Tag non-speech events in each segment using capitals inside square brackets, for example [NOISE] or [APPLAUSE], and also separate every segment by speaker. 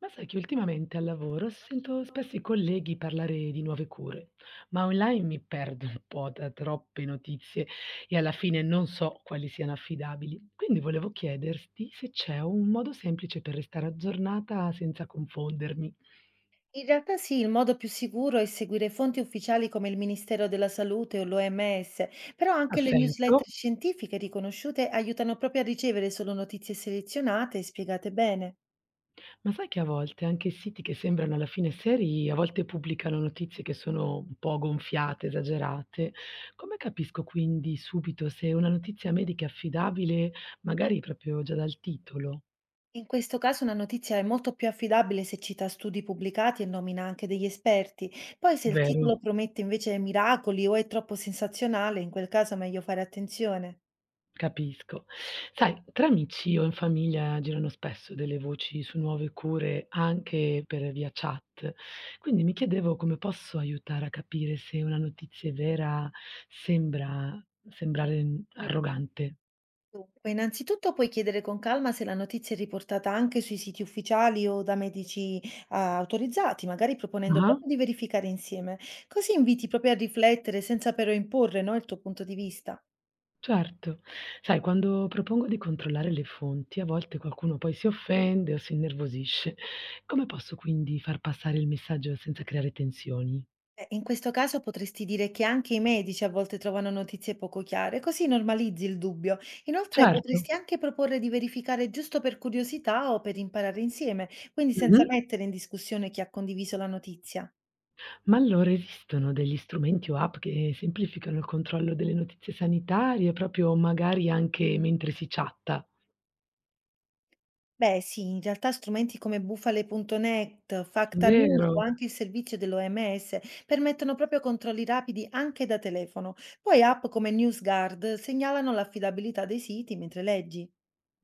Speaker 1: Ma sai che ultimamente al lavoro sento spesso i colleghi parlare di nuove cure, ma online mi perdo un po' da troppe notizie e alla fine non so quali siano affidabili. Quindi volevo chiederti se c'è un modo semplice per restare aggiornata senza confondermi.
Speaker 2: In realtà sì, il modo più sicuro è seguire fonti ufficiali come il Ministero della Salute o l'OMS, però
Speaker 1: Ha
Speaker 2: anche le newsletter
Speaker 1: senso?
Speaker 2: scientifiche riconosciute aiutano proprio a ricevere solo notizie selezionate e spiegate bene.
Speaker 1: Ma sai che a volte anche i siti che sembrano alla fine seri, a volte pubblicano notizie che sono un po' gonfiate, esagerate. Come capisco quindi subito se una notizia medica è affidabile, magari proprio già dal titolo?
Speaker 2: In questo caso una notizia è molto più affidabile se cita studi pubblicati e nomina anche degli esperti. Poi se il
Speaker 1: Vero,
Speaker 2: titolo promette invece miracoli o è troppo sensazionale, in quel caso è meglio fare attenzione.
Speaker 1: capisco. Sai, tra amici o in famiglia girano spesso delle voci su nuove cure anche per via chat, quindi mi chiedevo come posso aiutare a capire se una notizia è vera sembra sembrare arrogante.
Speaker 2: Dunque, innanzitutto puoi chiedere con calma se la notizia è riportata anche sui siti ufficiali o da medici, autorizzati, magari proponendo
Speaker 1: Ah.
Speaker 2: proprio di verificare insieme. Così inviti proprio a riflettere senza però imporre, no, il tuo punto di vista.
Speaker 1: Certo. Sai, quando propongo di controllare le fonti, a volte qualcuno poi si offende o si innervosisce. Come posso quindi far passare il messaggio senza creare tensioni?
Speaker 2: In questo caso potresti dire che anche i medici a volte trovano notizie poco chiare, così normalizzi il dubbio. Inoltre
Speaker 1: Certo.
Speaker 2: potresti anche proporre di verificare giusto per curiosità o per imparare insieme, quindi senza
Speaker 1: Mh-mh.
Speaker 2: mettere in discussione chi ha condiviso la notizia.
Speaker 1: Ma allora esistono degli strumenti o app che semplificano il controllo delle notizie sanitarie, proprio magari anche mentre si chatta?
Speaker 2: Beh sì, in realtà strumenti come Bufale.net, Facta News
Speaker 1: Vero.
Speaker 2: o anche il servizio dell'OMS permettono proprio controlli rapidi anche da telefono. Poi app come NewsGuard segnalano l'affidabilità dei siti mentre leggi.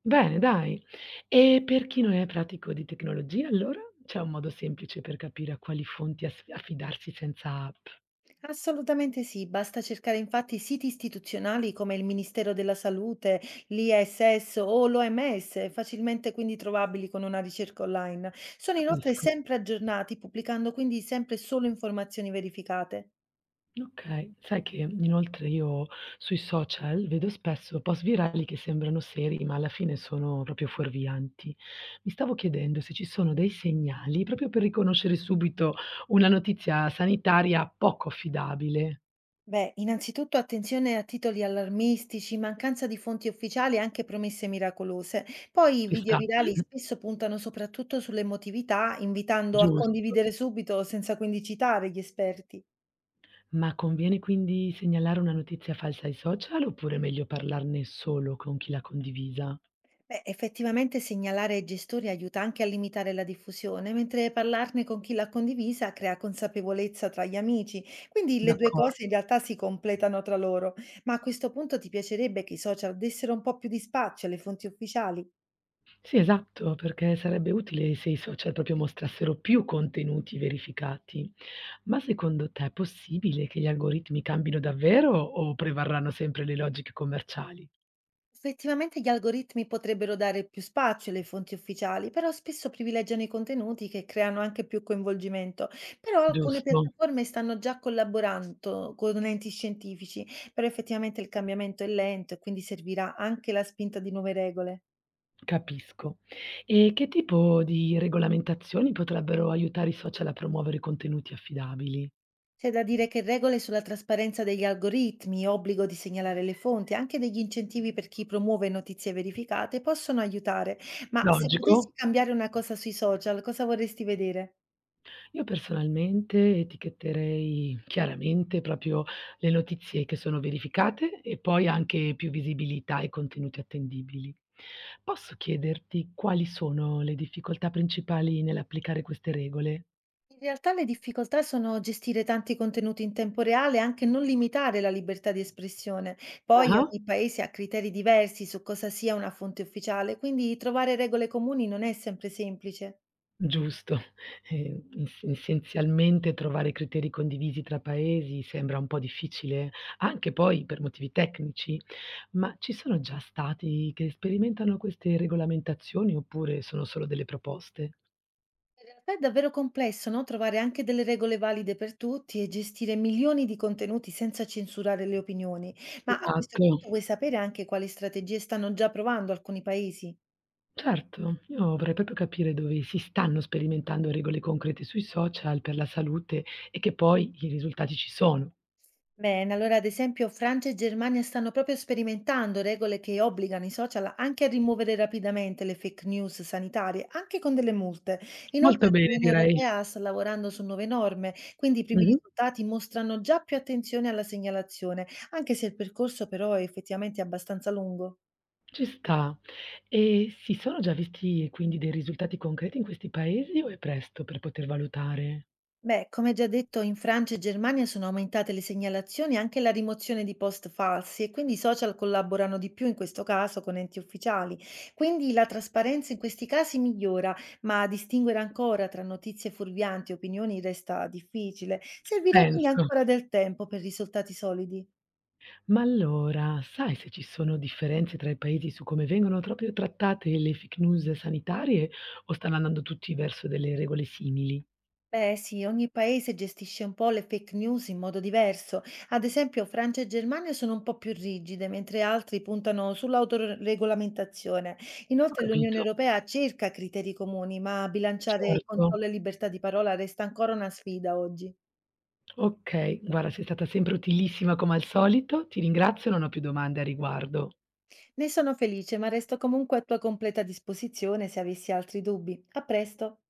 Speaker 1: Bene, dai. E per chi non è pratico di tecnologia, allora? C'è un modo semplice per capire a quali fonti as affidarsi senza app?
Speaker 2: Assolutamente sì, basta cercare infatti siti istituzionali come il Ministero della Salute, l'ISS o l'OMS, facilmente quindi trovabili con una ricerca online. Sono inoltre
Speaker 1: Capisco.
Speaker 2: sempre aggiornati, pubblicando quindi sempre solo informazioni verificate.
Speaker 1: Okay. Sai che inoltre io sui social vedo spesso post virali che sembrano seri, ma alla fine sono proprio fuorvianti. Mi stavo chiedendo se ci sono dei segnali proprio per riconoscere subito una notizia sanitaria poco affidabile.
Speaker 2: Beh, innanzitutto attenzione a titoli allarmistici, mancanza di fonti ufficiali e anche promesse miracolose. Poi i video
Speaker 1: Questa [LAUGHS]
Speaker 2: virali spesso puntano soprattutto sull'emotività, invitando a
Speaker 1: giusto.
Speaker 2: condividere subito senza quindi citare gli esperti.
Speaker 1: Ma conviene quindi segnalare una notizia falsa ai social oppure è meglio parlarne solo con chi l'ha condivisa?
Speaker 2: Beh, effettivamente segnalare ai gestori aiuta anche a limitare la diffusione, mentre parlarne con chi l'ha condivisa crea consapevolezza tra gli amici. Quindi le due
Speaker 1: D'accor.
Speaker 2: cose in realtà si completano tra loro. Ma a questo punto ti piacerebbe che i social dessero un po' più di spazio alle fonti ufficiali?
Speaker 1: Sì, esatto, perché sarebbe utile se i social proprio mostrassero più contenuti verificati. Ma secondo te è possibile che gli algoritmi cambino davvero o prevarranno sempre le logiche commerciali?
Speaker 2: Effettivamente gli algoritmi potrebbero dare più spazio alle fonti ufficiali, però spesso privilegiano i contenuti che creano anche più coinvolgimento. Però alcune
Speaker 1: Giusto,
Speaker 2: piattaforme stanno già collaborando con enti scientifici, però effettivamente il cambiamento è lento e quindi servirà anche la spinta di nuove regole.
Speaker 1: capisco. E che tipo di regolamentazioni potrebbero aiutare i social a promuovere contenuti affidabili?
Speaker 2: C'è da dire che regole sulla trasparenza degli algoritmi, obbligo di segnalare le fonti, anche degli incentivi per chi promuove notizie verificate possono aiutare. Ma se potessi
Speaker 1: Logico?
Speaker 2: cambiare una cosa sui social, cosa vorresti vedere?
Speaker 1: Io personalmente etichetterei chiaramente proprio le notizie che sono verificate e poi anche più visibilità e contenuti attendibili. Posso chiederti quali sono le difficoltà principali nell'applicare queste regole?
Speaker 2: In realtà le difficoltà sono gestire tanti contenuti in tempo reale e anche non limitare la libertà di espressione. Poi
Speaker 1: Ah-ah.
Speaker 2: ogni paese ha criteri diversi su cosa sia una fonte ufficiale, quindi trovare regole comuni non è sempre semplice.
Speaker 1: Giusto. [LAUGHS] Essenzialmente trovare criteri condivisi tra paesi sembra un po' difficile, anche poi per motivi tecnici, ma ci sono già stati che sperimentano queste regolamentazioni oppure sono solo delle proposte?
Speaker 2: In realtà è davvero complesso, no? Trovare anche delle regole valide per tutti e gestire milioni di contenuti senza censurare le opinioni. Ma a questo
Speaker 1: Esatto,
Speaker 2: punto vuoi sapere anche quali strategie stanno già provando alcuni paesi?
Speaker 1: certo. Io vorrei proprio capire dove si stanno sperimentando regole concrete sui social per la salute e che poi i risultati ci sono.
Speaker 2: Bene, allora ad esempio Francia e Germania stanno proprio sperimentando regole che obbligano i social anche a rimuovere rapidamente le fake news sanitarie, anche con delle multe.
Speaker 1: Molto
Speaker 2: Inoltre
Speaker 1: bene
Speaker 2: l'Unione
Speaker 1: direi.
Speaker 2: Europea sta lavorando su nuove norme, quindi i primi
Speaker 1: Mh-mh.
Speaker 2: risultati mostrano già più attenzione alla segnalazione, anche se il percorso però è effettivamente abbastanza lungo.
Speaker 1: Ci sta. E si sono già visti quindi dei risultati concreti in questi paesi o è presto per poter valutare?
Speaker 2: Beh, come già detto, in Francia e Germania sono aumentate le segnalazioni e anche la rimozione di post falsi e quindi i social collaborano di più in questo caso con enti ufficiali. Quindi la trasparenza in questi casi migliora, ma distinguere ancora tra notizie fuorvianti e opinioni resta difficile. Servirà quindi
Speaker 1: Penso.
Speaker 2: ancora del tempo per risultati solidi.
Speaker 1: Ma allora, sai se ci sono differenze tra i paesi su come vengono proprio trattate le fake news sanitarie o stanno andando tutti verso delle regole simili?
Speaker 2: Beh, sì, ogni paese gestisce un po' le fake news in modo diverso. Ad esempio, Francia e Germania sono un po' più rigide, mentre altri puntano sull'autoregolamentazione.
Speaker 1: Ho
Speaker 2: Inoltre, l'Unione
Speaker 1: capito.
Speaker 2: Europea cerca criteri comuni, ma bilanciare
Speaker 1: Certo.
Speaker 2: controllo e libertà di parola resta ancora una sfida oggi.
Speaker 1: Ok, guarda, sei stata sempre utilissima come al solito. Ti ringrazio, non ho più domande a riguardo.
Speaker 2: Ne sono felice, ma resto comunque a tua completa disposizione se avessi altri dubbi. A presto!